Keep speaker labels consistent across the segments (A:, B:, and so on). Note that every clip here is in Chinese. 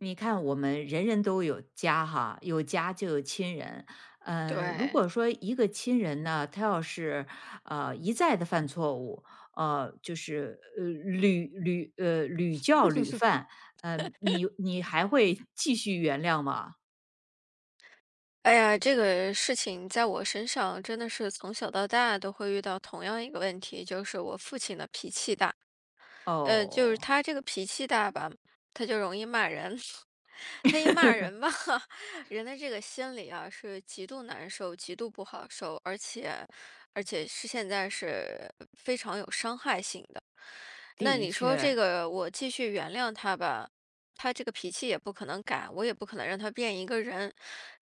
A: 你看，我们人人都有家哈，有家就有亲人。如
B: 对，
A: 果说一个亲人呢，他要是一再的犯错误，就是屡屡屡教屡犯，你还会继续原谅吗？
B: 哎呀，这个事情在我身上真的是从小到大都会遇到同样一个问题，就是我父亲的脾气大，就是
A: 哦，
B: 他这个脾气大吧，他就容易骂人。他一骂人吧，人的这个心里啊是极度难受、极度不好受，而且现在是非常有伤害性的。那
A: 的
B: 你说这
A: 确，
B: 个我继续原谅他吧，他这个脾气也不可能改，我也不可能让他变一个人，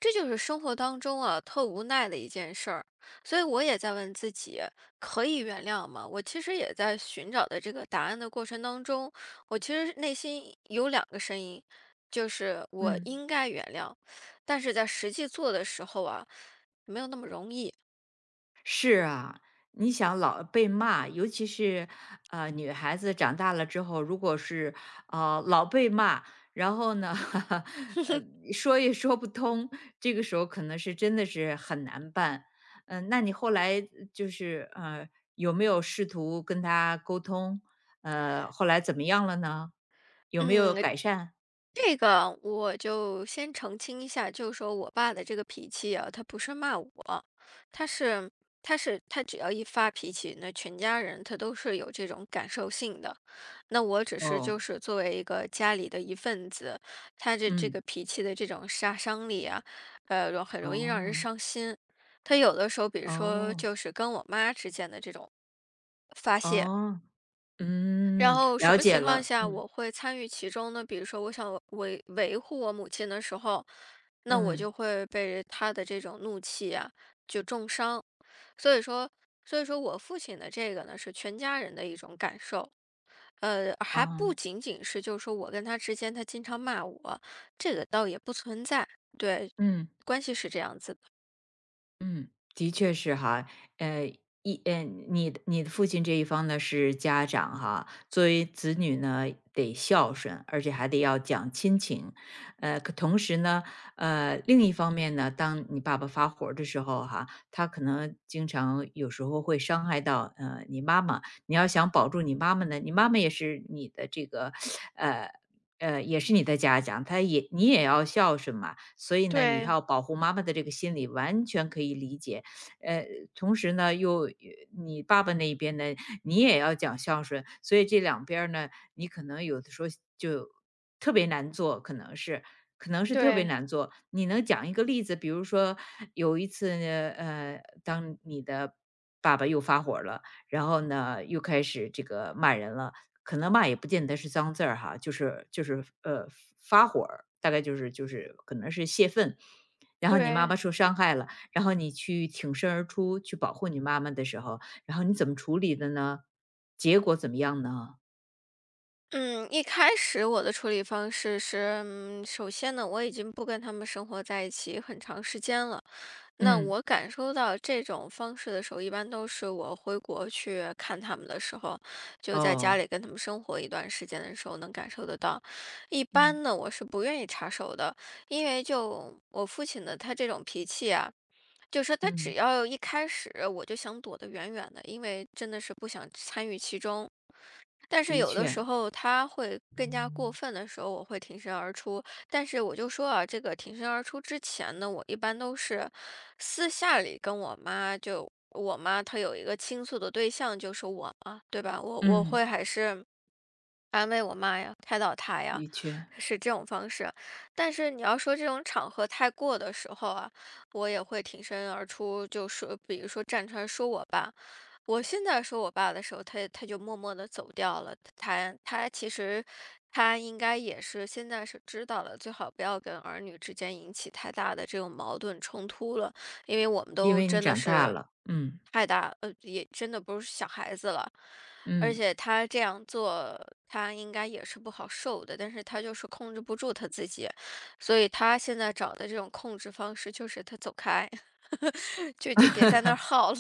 B: 这就是生活当中啊特无奈的一件事儿。所以我也在问自己，可以原谅吗？我其实也在寻找的这个答案的过程当中，我其实内心有两个声音，就是我
A: 嗯。
B: 应该原谅，但是在实际做的时候啊，没有那么容易。
A: 是啊，你想老被骂，尤其是女孩子长大了之后，如果是老被骂，然后呢，呃说也说不通，这个时候可能是真的是很难办。嗯，那你后来就是有没有试图跟他沟通？后来怎么样了呢？有没有
B: 嗯，
A: 改善？
B: 这个我就先澄清一下，就是说我爸的这个脾气啊，他不是骂我，他是他他只要一发脾气，那全家人他都是有这种感受性的。那我只是
A: 哦，
B: 就是作为一个家里的一份子，他这个
A: 嗯，
B: 脾气的这种杀伤力啊，很容易让人
A: 哦，
B: 伤心。他有的时候，比如说
A: 哦，
B: 就是跟我妈之间的这种发泄。
A: 哦，
B: 然
A: 嗯，
B: 后什
A: 了
B: 么
A: 解
B: 情况
A: 了，
B: 下
A: 嗯
B: 我会参与其中呢？比如说，我想维护我母亲的时候，那我
A: 嗯，
B: 就会被她的这种怒气啊，就重伤。所以说，所以说我父亲的这个呢，是全家人的一种感受。呃，还不
A: 哦。
B: 仅仅是就是说我跟他之间，他经常骂我，这个倒也不存在。对，
A: 嗯
B: 关系是这样子的。
A: 嗯，的确是哈，呃，一呃，你的父亲这一方呢是家长哈，作为子女呢得孝顺，而且还得要讲亲情，可同时呢，另一方面呢，当你爸爸发火儿的时候哈，他可能经常有时候会伤害到你妈妈，你要想保住你妈妈呢，你妈妈也是你的这个 呃也是你的家长，你也要孝顺嘛，所以呢，你
B: 对
A: 要保护妈妈的这个心理，完全可以理解。呃，同时呢，又你爸爸那一边呢，你也要讲孝顺，所以这两边儿呢，你可能有的时候就特别难做，可能是特别
B: 对
A: 难做。你能讲一个例子，比如说有一次呢，当你的爸爸又发火了，然后呢，又开始这个骂人了。可能骂也不见得是脏字儿哈，就是发火儿大概就是可能是泄愤。然后你妈
B: 对，
A: 妈受伤害了，然后你去挺身而出去保护你妈妈的时候，然后你怎么处理的呢？结果怎么样呢？
B: 嗯，一开始我的处理方式是，嗯，首先呢，我已经不跟他们生活在一起很长时间了。那
A: 嗯，
B: 我感受到这种方式的时候，一般都是我回国去看他们的时候，就在家
A: 哦，
B: 里跟他们生活一段时间的时候能感受得到。一
A: 嗯，
B: 般呢，我是不愿意插手的，因为就我父亲的他这种脾气啊。就是说他只
A: 嗯，
B: 要一开始我就想躲得远远的，因为真的是不想参与其中。但是
A: 的
B: 有的
A: 确，
B: 时候他会更加过分的时候，我会挺身而出。但是我就说啊，这个挺身而出之前呢，我一般都是私下里跟我妈就，我妈她有一个倾诉的对象就是我嘛，对吧？我
A: 嗯，
B: 会还是安慰我妈呀，开导她呀，
A: 的确，
B: 是这种方式。但是你要说这种场合太过的时候啊，我也会挺身而出，就说比如说站出来说我吧。我现在说我爸的时候，他就默默地走掉了。他其实他应该也是现在是知道了，最好不要跟儿女之间引起太大的这种矛盾冲突了，因为我们
A: 因
B: 都
A: 为你
B: 真的
A: 长大
B: 是
A: 了，嗯，
B: 太大，呃，也真的不是小孩子了。而
A: 嗯。
B: 且他这样做，他应该也是不好受的，但是他就是控制不住他自己，所以他现在找的这种控制方式就是他走开，就别在那儿耗了。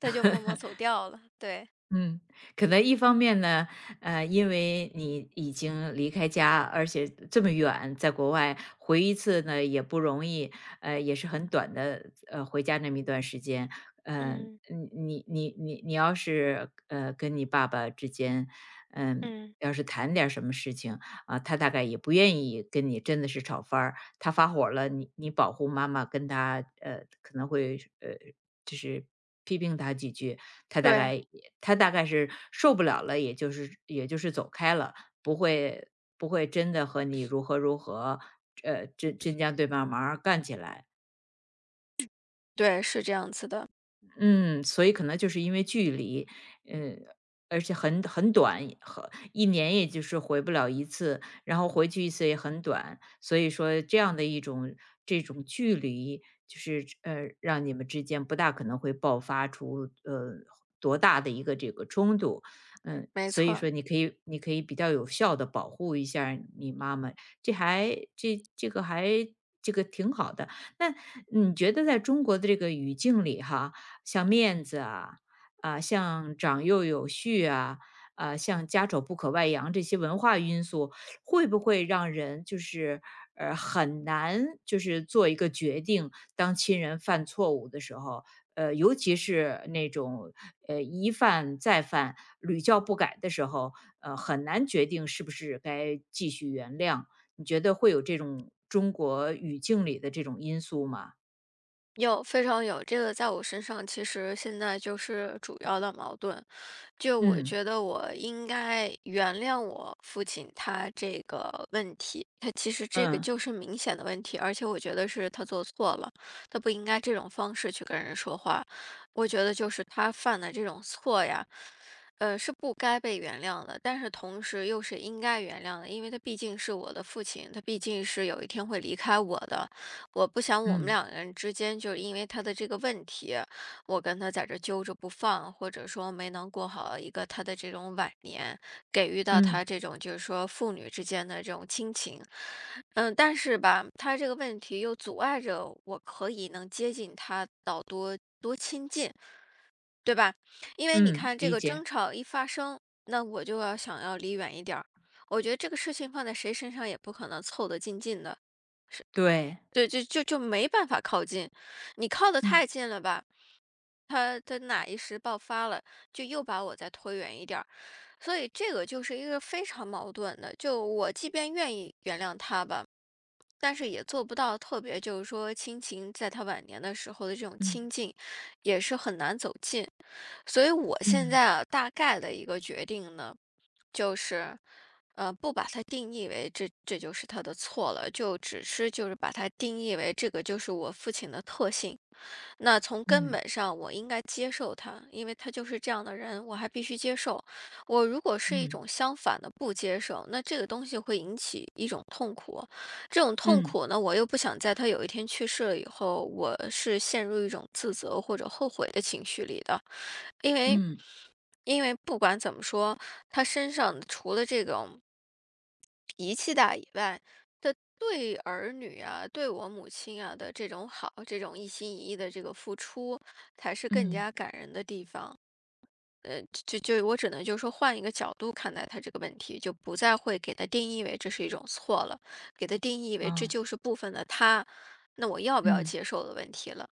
B: 他就默默走掉了，对。
A: 嗯，可能一方面呢，因为你已经离开家，而且这么远，在国外回一次呢也不容易，也是很短的，回家那么一段时间，呃，
B: 嗯
A: 你要是跟你爸爸之间，嗯、
B: 嗯，
A: 要是谈点儿什么事情啊，他大概也不愿意跟你真的是吵翻儿，他发火了，你保护妈妈跟他，可能会就是批评他几句，他大
B: 对
A: 概也他大概是受不了了，也就是走开了，不会不会真的和你如何如何，真将对方忙儿干起来。
B: 对，是这样子的，
A: 嗯，所以可能就是因为距离，嗯，而且很短，一年也就是回不了一次，然后回去一次也很短，所以说这样的一种这种距离，就是让你们之间不大可能会爆发出多大的一个这个冲突，嗯，
B: 没
A: 所以
B: 错，
A: 说你可以比较有效的保护一下儿你妈妈，这还这这个还这个挺好的。那你觉得在中国的这个语境里哈，像面子啊，啊，像长幼有序啊，啊，像家丑不可外扬这些文化因素，会不会让人就是很难就是做一个决定？当亲人犯错误的时候，尤其是那种一犯再犯、屡教不改的时候，很难决定是不是该继续原谅。你觉得会有这种中国语境里的这种因素吗？
B: 有非常有这个在我身上，其实现在就是主要的矛盾。就我
A: 嗯
B: 觉得我应该原谅我父亲他这个问题，他其实这个
A: 嗯
B: 就是明显的问题，而且我觉得是他做错了，他不应该这种方式去跟人说话。我觉得就是他犯的这种错呀，呃，是不该被原谅的，但是同时又是应该原谅的，因为他毕竟是我的父亲，他毕竟是有一天会离开我的，我不想我们
A: 嗯
B: 两个人之间就是因为他的这个问题。我跟他在这揪着不放，或者说没能过好一个他的这种晚年，给予到他
A: 嗯。
B: 这种就是说父女之间的这种亲情，嗯，但是吧，他这个问题又阻碍着我可以能接近他到多亲近，对吧？因为你
A: 嗯，
B: 看这
A: 理
B: 个争
A: 解，
B: 吵一发生，那我就要想要离远一点儿。我觉得这个事情放在谁身上也不可能凑得近近的，
A: 对，
B: 对，就没办法靠近，你靠得
A: 嗯，
B: 太近了吧，他的哪一时爆发了，就又把我再推远一点儿，所以这个就是一个非常矛盾的。就我即便愿意原谅他吧，但是也做不到特别，就是说亲情在他晚年的时候的这种
A: 嗯，
B: 亲近，也是很难走近。所以我现
A: 嗯，
B: 在啊，大概的一个决定呢，就是，呃，不把它定义为这就是他的错了，只是把它定义为这个就是我父亲的特性。那从根
A: 嗯，
B: 本上我应该接受他，因为他就是这样的人，我还必须接受。我如果是一
A: 嗯，
B: 种相反的不接受，那这个东西会引起一种痛苦，这种痛
A: 嗯，
B: 苦呢，我又不想在他有一天去世了以后，我是陷入一种自责或者后悔的情绪里的。因为
A: 嗯，嗯
B: 因为不管怎么说，他身上除了这种脾气大以外，他对儿女啊，对我母亲啊的这种好，这种一心一意的这个付出，才是更
A: 嗯，
B: 加感人的地方。呃，就我只能就说换一个角度看待他这个问题，就不再会给他定义为这是一种错了，给他定义为这
A: 哦，
B: 就是部分的他，那我要不要
A: 嗯。
B: 接受的问题了。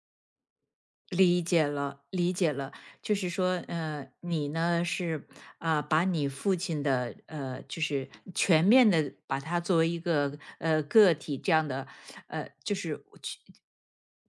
A: 理解了，理解了，就是说，你呢是啊，把你父亲的就是全面的把他作为一个个体这样的，就是去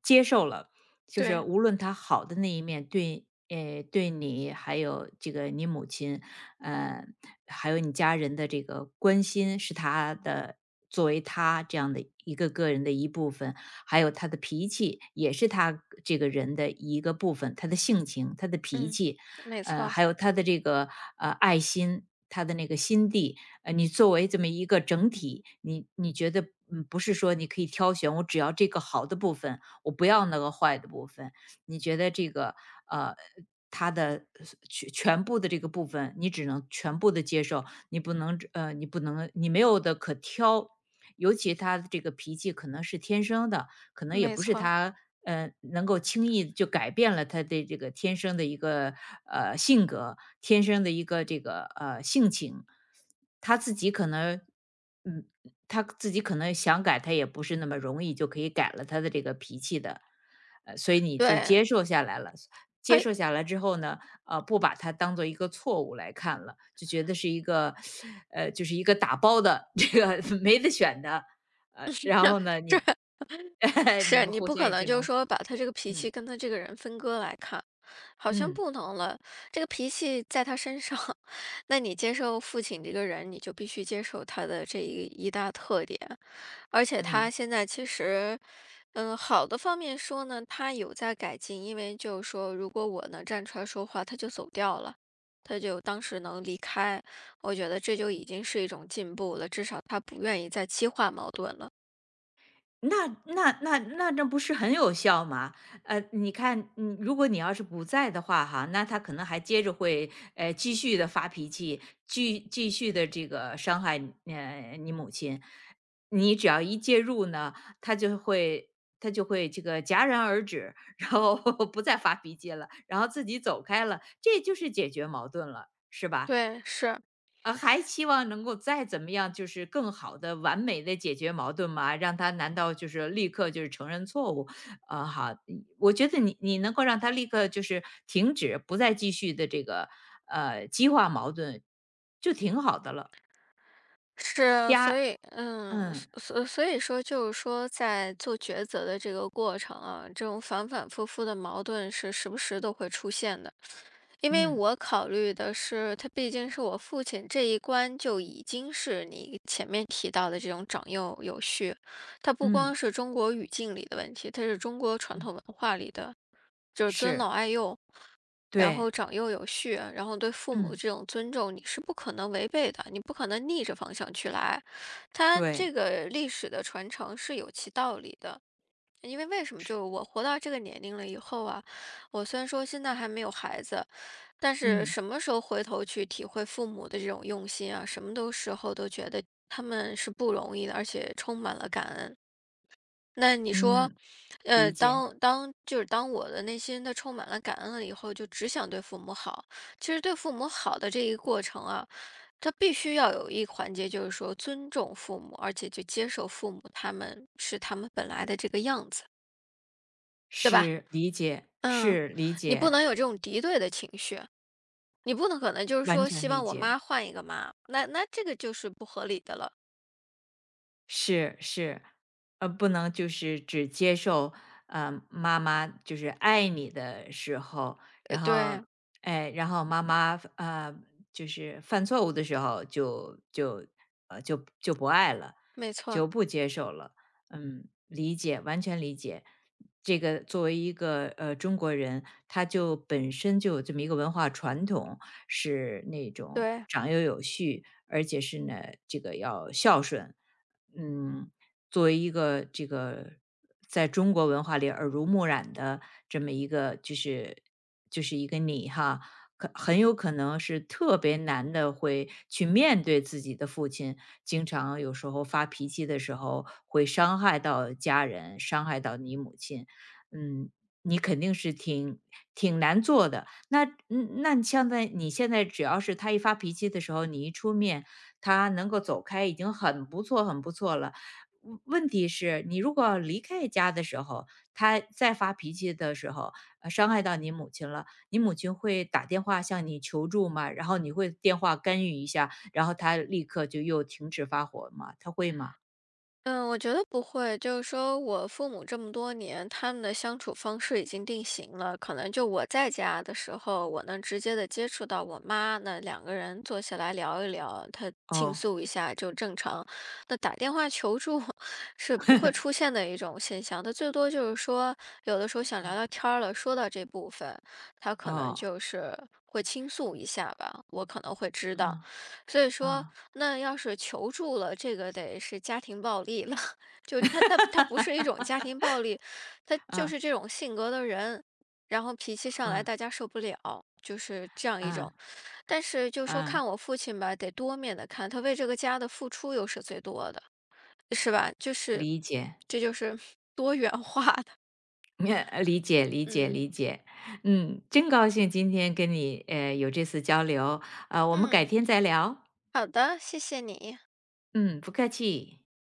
A: 接受了，就是
B: 对，
A: 无论他好的那一面对你还有这个你母亲，呃，还有你家人的这个关心，是他的作为他这样的一个个人的一部分，还有他的脾气，也是他这个人的一个部分，他的性情、他的脾
B: 嗯，
A: 气，
B: 没错，
A: 还有他的这个爱心，他的那个心地，你作为这么一个整体，你觉得不是说你可以挑选，我只要这个好的部分，我不要那个坏的部分，你觉得这个呃。他的全部的这个部分，你只能全部的接受，你不能呃，你不能，你没有的可挑。尤其他的这个脾气可能是天生的，可能也
B: 没
A: 不是
B: 错，
A: 他能够轻易就改变了他的这个天生的一个性格，天生的一个这个性情，他自己可能嗯他自己可能想改，他也不是那么容易就可以改了他的这个脾气的，所以你就
B: 对。
A: 接受下来了。接受下来之后呢，不把它当做一个错误来看了，就觉得是一个，就是一个打包的 这个没得选的，然后呢，你 你
B: 是
A: 们
B: 你
A: 互
B: 不
A: 相
B: 可
A: 也
B: 能
A: 就
B: 就是
A: 能
B: 说把他这个脾气
A: 嗯
B: 跟他这个人分割来看，好像
A: 嗯
B: 不能了。这个脾气在他身上，那你接受父亲这个人，你就必须接受他的这一大特点。而且他
A: 嗯，
B: 现在其实，嗯，好的方面说呢，他有在改进，因为就是说，如果我能站出来说话，他就走掉了。他就当时能离开，我觉得这就已经是一种进步了，至少他不愿意再激化矛盾了。
A: 那这不是很有效吗？你看，嗯，如果你要是不在的话，哈，那他可能还接着会，继续的发脾气，继续的这个伤害你母亲。你只要一介入呢，他就会他就会这个戛然而止，然后 不再发脾气了，然后自己走开了，这就是解决矛盾了，是吧？
B: 对，是。
A: 还期望能够再怎么样，就是更好的、完美的解决矛盾吗？让他难道就是立刻就是承认错误？啊，好，嗯，我觉得你能够让他立刻就是停止，不再继续的这个，激化矛盾，就挺好的了。
B: 是，所
A: 加
B: 以，嗯，
A: 嗯，
B: 所以说，就是说，在做抉择的这个过程啊，这种反反复复的矛盾是时不时都会出现的。因为
A: 嗯，
B: 我考虑的是，他毕竟是我父亲这一关就已经是你前面提到的这种长幼有序，它不光
A: 嗯，
B: 是中国语境里的问题，它是中国传
A: 嗯，
B: 统文化里的，就是尊
A: 是，
B: 老爱幼，然
A: 对，
B: 后长幼有序，然后对父母
A: 嗯，
B: 这种尊重，你是不可能违背的，你不可能逆着方向去来，它这
A: 对，
B: 个历史的传承是有其道理的。因为为什么？就我活到这个年龄了以后啊，我虽然说现在还没有孩子，但是
A: 嗯，
B: 什么时候回头去体会父母的这种用心啊，什么都时候都觉得他们是不容易的，而且充满了感恩。那你说，
A: 嗯，
B: 呃，
A: 理解，
B: 当就是当我的内心它充满了感恩了以后，就只想对父母好。其实对父母好的这一过程啊，它必须要有一环节，就是说尊重父母，而且就接受父母他们是他们本来的这个样子，对吧？
A: 是，理解，
B: 嗯，
A: 是，理
B: 你不
A: 解，
B: 能有这种敌对的情绪，你不能可能就是
A: 完
B: 说
A: 全
B: 希
A: 理
B: 望我
A: 解。
B: 妈换一个妈，那这个就是不合理的了。
A: 是是，不能就是只接受妈妈就是爱你的时候，
B: 呃，
A: 然
B: 对，
A: 后哎，然后妈妈就是犯错误的时候就不爱了，
B: 没错，
A: 就不接受了。嗯，理解，完全理解。这个作为一个中国人，他就本身就有这么一个文化传统，是那种
B: 对。
A: 长幼有序，而且是呢这个要孝顺。嗯，作为一个这个在中国文化里耳濡目染的这么一个，就是一个你哈，可很有可能是特别难的，会去面对自己的父亲，经常有时候发脾气的时候会伤害到家人，伤害到你母亲，嗯。你肯定是挺难做的，那你像在你现在只要是他一发脾气的时候，你一出面，他能够走开已经很不错很不错了。问题是，你如果离开家的时候，他再发脾气的时候，伤害到你母亲了，你母亲会打电话向你求助吗？然后你会电话干预一下，然后他立刻就又停止发火吗？他会吗？
B: 嗯，我觉得不会，就是说我父母这么多年，他们的相处方式已经定型了。可能就我在家的时候，我能直接的接触到我妈，那两个人坐下来聊一聊，她倾
A: 哦，
B: 诉一下就正常。那打电话求助 是不会出现的一种现象，她最多就是说，有的时候想聊聊天儿了，说到这部分，他可能
A: 哦，
B: 就是会倾诉一下吧，我可能会知道。
A: 嗯
B: 所以说，
A: 嗯
B: 那要是求助了，这个得是家庭暴力了，就他不是一种家庭暴力，他就
A: 嗯
B: 是这种性格的人，然后脾气上来
A: 嗯
B: 大家受不了，就是这样一
A: 嗯
B: 种。但是就说
A: 嗯，
B: 看我父亲吧，得多面的看，他为这个家的付出又是最多的，是吧？就是
A: 理解。
B: 这就是 多元化的，
A: 理解理解
B: 嗯
A: 理解，嗯，真高兴今天跟你有这次交流，我们改
B: 嗯，
A: 天再聊，
B: 好的，谢谢你。
A: 嗯，不客气。